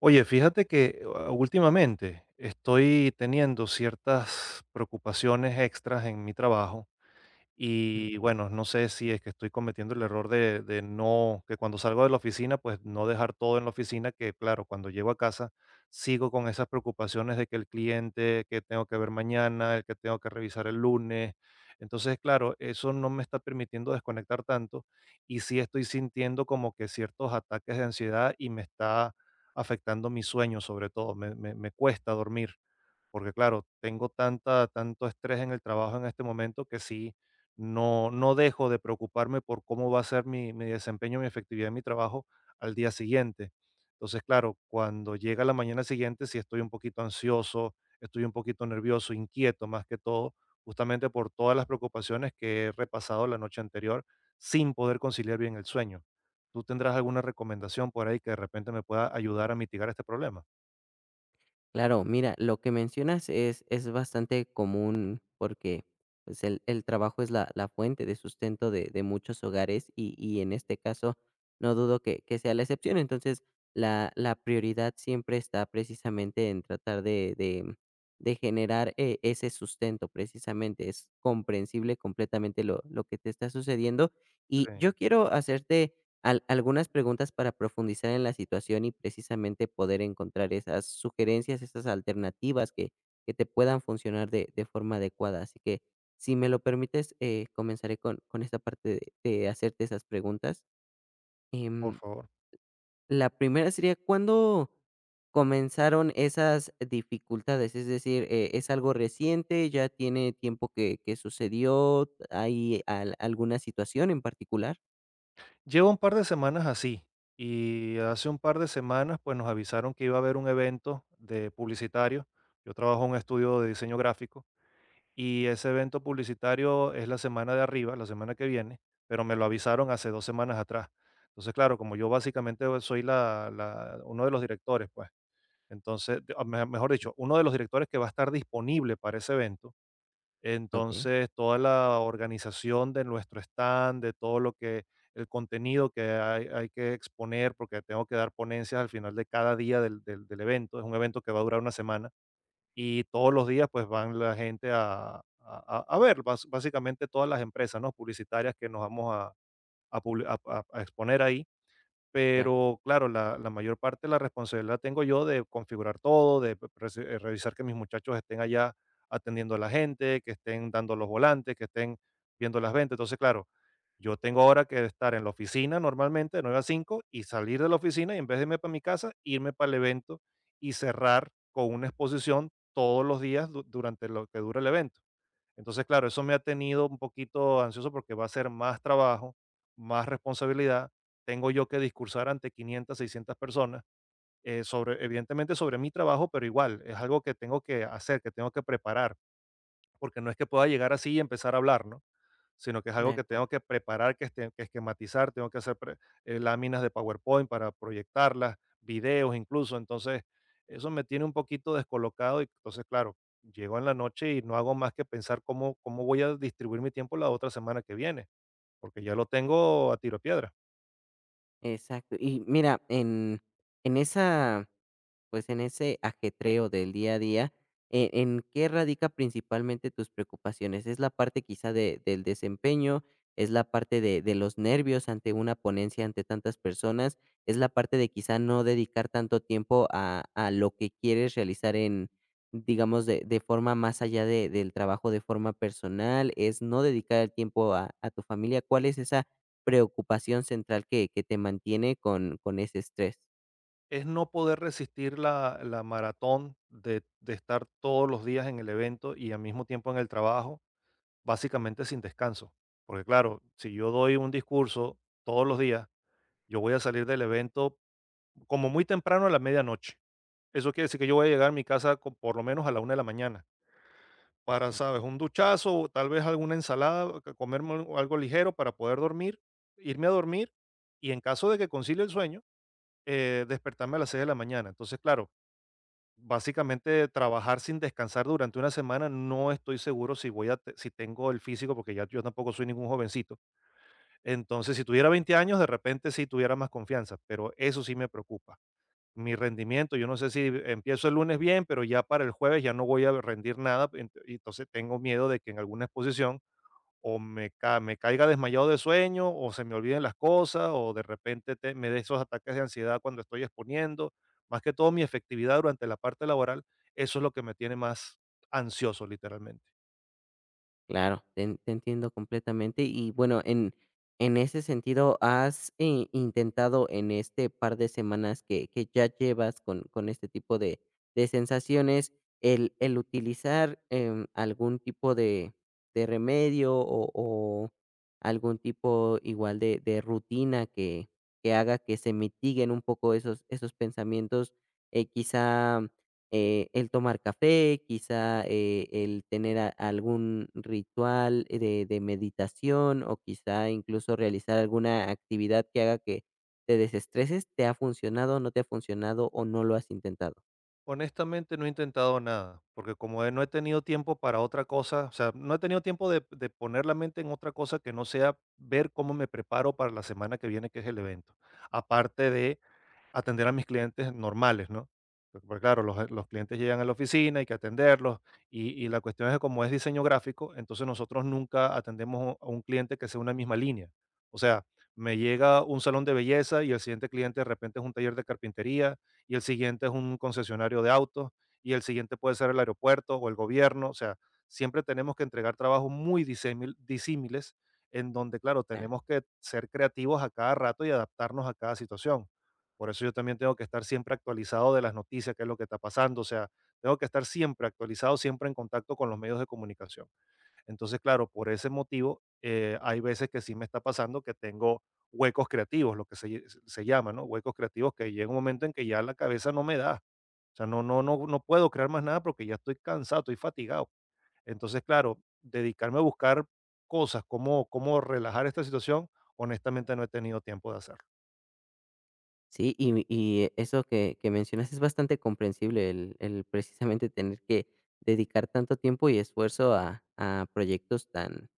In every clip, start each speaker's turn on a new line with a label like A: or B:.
A: Oye, fíjate que últimamente estoy teniendo ciertas preocupaciones extras en mi trabajo y
B: Okey.
A: bueno, no sé si es que estoy cometiendo el error de no, que cuando salgo de la oficina, pues no dejar todo en la oficina, que claro, cuando llego a casa sigo con esas preocupaciones de que el cliente, que tengo que ver mañana, el que tengo que revisar el lunes. Entonces, claro, eso no me está permitiendo desconectar tanto y sí estoy sintiendo como que ciertos ataques de ansiedad y me está afectando mi sueño sobre todo, me cuesta dormir. Porque claro, tengo tanta tanto estrés en el trabajo en este momento que sí, no dejo de preocuparme por cómo va a ser mi desempeño, mi efectividad en mi trabajo al día siguiente. Entonces, claro, cuando llega la mañana siguiente, sí estoy un poquito ansioso, estoy un poquito nervioso, inquieto más que todo, justamente por todas las preocupaciones que he repasado la noche anterior sin poder conciliar bien el sueño. ¿Tú tendrás alguna recomendación por ahí que de repente me pueda ayudar a mitigar este problema?
B: Claro, mira, lo que mencionas es bastante común porque, pues, el trabajo es la fuente de sustento de muchos hogares y en este caso no dudo que sea la excepción. Entonces, la prioridad siempre está precisamente en tratar de generar ese sustento precisamente. Es comprensible completamente lo que te está sucediendo. Y
A: Sí,
B: yo quiero hacerte Al algunas preguntas para profundizar en la situación y precisamente poder encontrar esas sugerencias, esas alternativas que te puedan funcionar de forma adecuada. Así que, si me lo permites, comenzaré con esta parte de hacerte esas preguntas.
A: por
B: Em,
A: favor.
B: la primera sería, ¿cuándo comenzaron esas dificultades? Es decir, ¿es algo reciente? ¿Ya tiene tiempo que sucedió? ¿Hay al alguna situación en particular?
A: Llevo un par de semanas así y hace un par de semanas pues nos avisaron que iba a haber un evento de publicitario. Yo trabajo en un estudio de diseño gráfico y ese evento publicitario es la semana de arriba, la semana que viene, pero me lo avisaron hace 2 semanas atrás. Entonces, claro, como yo básicamente soy uno de los directores, pues, entonces, mejor dicho, uno de los directores que va a estar disponible para ese evento
B: Okey,
A: entonces, toda la organización de nuestro stand, de todo lo que el contenido que hay que exponer, porque tengo que dar ponencias al final de cada día del evento, es un evento que va a durar una semana y todos los días pues van la gente a ver, básicamente todas las empresas, ¿no? Publicitarias que nos vamos a, a exponer ahí,
B: claro,
A: pero claro, la mayor parte de la responsabilidad la tengo yo de configurar todo, revisar que mis muchachos estén allá atendiendo a la gente, que estén dando los volantes, que estén viendo las ventas. Entonces, claro, yo tengo ahora que estar en la oficina normalmente de 9 a 5 y salir de la oficina y en vez de irme para mi casa, irme para el evento y cerrar con una exposición todos los días durante lo que dura el evento. Entonces, claro, eso me ha tenido un poquito ansioso porque va a ser más trabajo, más responsabilidad. Tengo yo que discursar ante 500, 600 personas, sobre, evidentemente sobre mi trabajo, pero igual es algo que tengo que hacer, que tengo que preparar, porque no es que pueda llegar así y empezar a hablar, ¿no? Sino que es
B: de
A: algo que tengo
B: acuerdo.
A: que preparar, que, que esquematizar, tengo que hacer láminas de PowerPoint para proyectarlas, videos incluso, entonces eso me tiene un poquito descolocado y entonces, claro, llego en la noche y no hago más que pensar cómo, cómo voy a distribuir mi tiempo la otra semana que viene, porque ya lo tengo a tiro de piedra.
B: Exacto. Y mira, en pues en ese ajetreo del día a día, ¿en qué radica principalmente tus preocupaciones? ¿Es la parte quizá del desempeño? ¿Es la parte de los nervios ante una ponencia ante tantas personas? ¿Es la parte de quizá no dedicar tanto tiempo a lo que quieres realizar en, digamos, de forma más allá del trabajo de forma personal? ¿Es no dedicar el tiempo a tu familia? ¿Cuál es esa preocupación central que te mantiene con ese estrés?
A: Es no poder resistir la, la maratón de estar todos los días en el evento y al mismo tiempo en el trabajo, básicamente sin descanso. Porque claro, si yo doy un discurso todos los días, yo voy a salir del evento como muy temprano a la medianoche. Eso quiere decir que yo voy a llegar a mi casa por lo menos a la una de la mañana para, sabes,
B: Ok.
A: un duchazo, o tal vez alguna ensalada, que comerme algo ligero para poder dormir, irme a dormir y en caso de que concilie el sueño, despertarme a las seis de la mañana. Entonces, claro, básicamente trabajar sin descansar durante una semana, no estoy seguro si voy a, si tengo el físico, porque ya yo tampoco soy ningún jovencito. Entonces, si tuviera 20 años, de repente sí tuviera más confianza, pero eso sí me preocupa mi rendimiento. Yo no sé si empiezo el lunes bien, pero ya para el jueves ya no voy a rendir nada. Y entonces tengo miedo de que en alguna exposición o me caiga desmayado de sueño o se me olviden las cosas o de repente me dé esos ataques de ansiedad cuando estoy exponiendo. Más que todo mi efectividad durante la parte laboral, eso es lo que me tiene más ansioso literalmente.
B: Claro, te en te entiendo completamente. Y bueno, en ese sentido, ¿has i intentado en este par de semanas que ya llevas con este tipo de sensaciones, el utilizar, algún tipo de remedio o algún tipo igual de rutina que haga que se mitiguen un poco esos esos pensamientos? Quizá el tomar café, quizá, el tener a algún ritual de meditación, o quizá incluso realizar alguna actividad que haga que te desestreses, ¿te ha funcionado, no te ha funcionado o no lo has intentado?
A: Honestamente, no he intentado nada, porque no he tenido tiempo para otra cosa, o sea, no he tenido tiempo de poner la mente en otra cosa que no sea ver cómo me preparo para la semana que viene, que es el evento. Aparte de atender a mis clientes normales, ¿no? Porque, pues, claro, los clientes llegan a la oficina, hay que atenderlos, y la cuestión es que como es diseño gráfico, entonces nosotros nunca atendemos a un cliente que sea una misma línea. O sea, me llega un salón de belleza y el siguiente cliente de repente es un taller de carpintería, y el siguiente es un concesionario de autos, y el siguiente puede ser el aeropuerto o el gobierno. O sea, siempre tenemos que entregar trabajos muy disímiles, en donde, claro,
B: Claro.
A: tenemos que ser creativos a cada rato y adaptarnos a cada situación, por eso yo también tengo que estar siempre actualizado de las noticias, qué es lo que está pasando, o sea, tengo que estar siempre actualizado, siempre en contacto con los medios de comunicación. Entonces, claro, por ese motivo, hay veces que sí me está pasando que tengo huecos creativos, lo que se, se llama, ¿no? Huecos creativos que llega un momento en que ya la cabeza no me da. O sea, no puedo crear más nada porque ya estoy cansado, estoy fatigado. Entonces, claro, dedicarme a buscar cosas, cómo, cómo relajar esta situación, honestamente no he tenido tiempo de hacerlo.
B: Sí, y eso que mencionas es bastante comprensible, el precisamente tener que dedicar tanto tiempo y esfuerzo a proyectos tan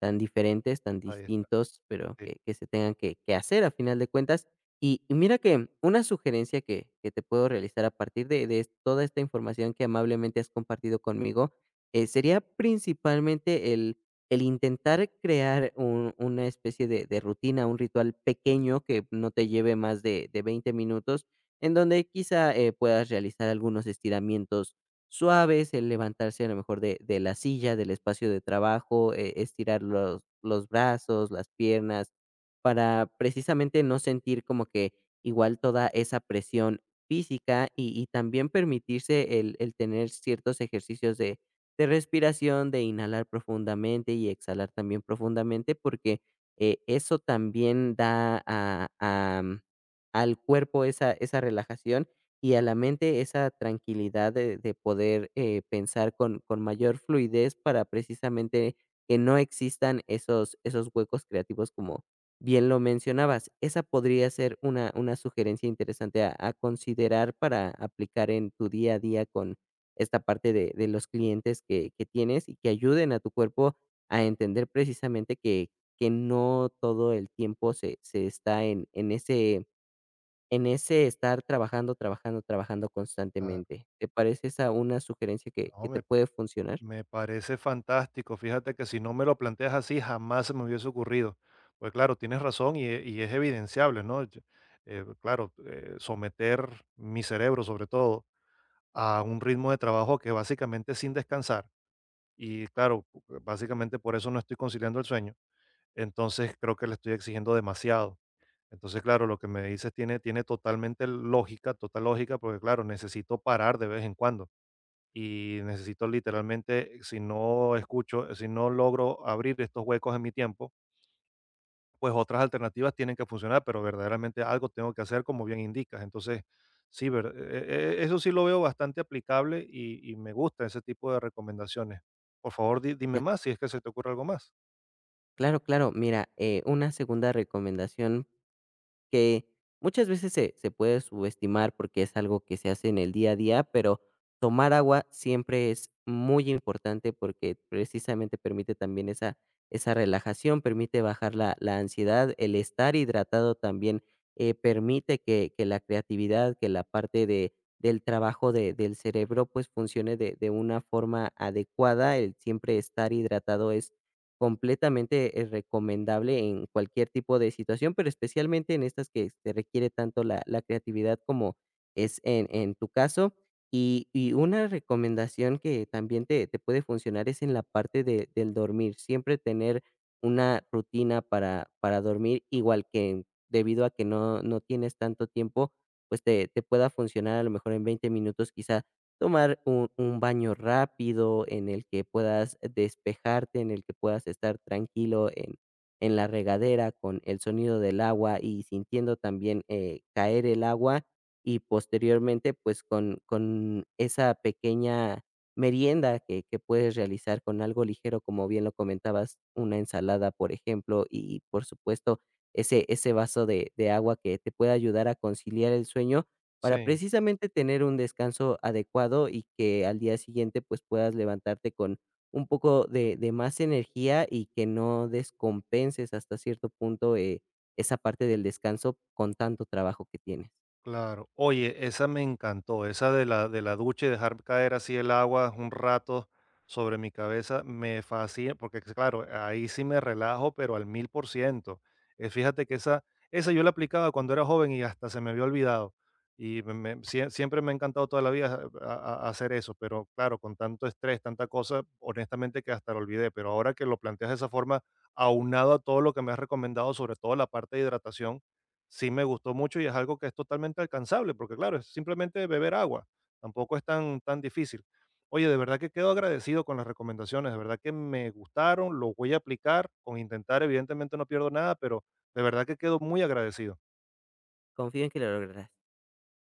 B: tan diferentes, tan
A: Ahí está.
B: distintos, pero
A: Sí,
B: que se tengan que hacer a final de cuentas. Y mira que una sugerencia que te puedo realizar a partir de toda esta información que amablemente has compartido conmigo, sería principalmente el intentar crear una especie de rutina, un ritual pequeño que no te lleve más de 20 minutos, en donde quizá puedas realizar algunos estiramientos suaves, el levantarse a lo mejor de la silla, del espacio de trabajo, estirar los brazos, las piernas, para precisamente no sentir como que igual toda esa presión física y también permitirse el tener ciertos ejercicios de respiración, de inhalar profundamente y exhalar también profundamente, porque, eso también da al cuerpo esa esa relajación y a la mente esa tranquilidad de poder, pensar con mayor fluidez para precisamente que no existan esos esos huecos creativos, como bien lo mencionabas. Esa podría ser una sugerencia interesante a considerar para aplicar en tu día a día con esta parte de los clientes que tienes y que ayuden a tu cuerpo a entender precisamente que no todo el tiempo se está en ese estar trabajando, trabajando, trabajando
A: claro.
B: constantemente. ¿Te parece esa una sugerencia que
A: No,
B: te puede funcionar?
A: me parece fantástico. Fíjate que si no me lo planteas así, jamás se me hubiese ocurrido. Pues claro, tienes razón y, y es evidenciable, ¿no? Claro, someter mi cerebro, sobre todo, a un ritmo de trabajo que básicamente es sin descansar. Y claro, básicamente por eso no estoy conciliando el sueño. Entonces creo que le estoy exigiendo demasiado. Entonces, claro, lo que me dices tiene, tiene totalmente lógica, total lógica, porque claro, necesito parar de vez en cuando y necesito literalmente, si no escucho, si no logro abrir estos huecos en mi tiempo, pues otras alternativas tienen que funcionar, pero verdaderamente algo tengo que hacer, como bien indicas. Entonces, sí, eso sí lo veo bastante aplicable y me gusta ese tipo de recomendaciones. Por favor, dime
B: De
A: más si es que se te ocurre algo más.
B: Claro, claro. Mira, una segunda recomendación que muchas veces se puede subestimar porque es algo que se hace en el día a día, pero tomar agua siempre es muy importante porque precisamente permite también esa esa relajación, permite bajar la ansiedad, el estar hidratado también, permite que la creatividad, que la parte de del trabajo de del cerebro, pues, funcione de una forma adecuada. El siempre estar hidratado es completamente, recomendable en cualquier tipo de situación, pero especialmente en estas que se requiere tanto la creatividad como es en tu caso. Y una recomendación que también te puede funcionar es en la parte de del dormir. Siempre tener una rutina para dormir, igual que debido a que no tienes tanto tiempo, pues te pueda funcionar a lo mejor en 20 minutos, quizá tomar un baño rápido en el que puedas despejarte, en el que puedas estar tranquilo en la regadera con el sonido del agua y sintiendo también, caer el agua y posteriormente pues con esa pequeña merienda que puedes realizar con algo ligero, como bien lo comentabas, una ensalada, por ejemplo, y por supuesto ese vaso de agua que te pueda ayudar a conciliar el sueño para
A: Sí.
B: precisamente tener un descanso adecuado y que al día siguiente pues puedas levantarte con un poco de más energía y que no descompenses hasta cierto punto, esa parte del descanso con tanto trabajo que tienes.
A: Claro. Oye, esa me encantó, esa de la ducha y dejar caer así el agua un rato sobre mi cabeza, me fascina, porque claro, ahí sí me relajo, pero al 1000%. Fíjate que esa yo la aplicaba cuando era joven y hasta se me había olvidado. Y siempre me ha encantado toda la vida a hacer eso, pero claro, con tanto estrés, tanta cosa, honestamente que hasta lo olvidé, pero ahora que lo planteas de esa forma, aunado a todo lo que me has recomendado, sobre todo la parte de hidratación sí me gustó mucho y es algo que es totalmente alcanzable, porque claro, es simplemente beber agua, tampoco es tan, tan difícil. Oye, de verdad que quedo agradecido con las recomendaciones, de verdad que me gustaron, lo voy a aplicar, con intentar evidentemente no pierdo nada, pero de verdad que quedo muy agradecido.
B: Confío en que lo lograrás.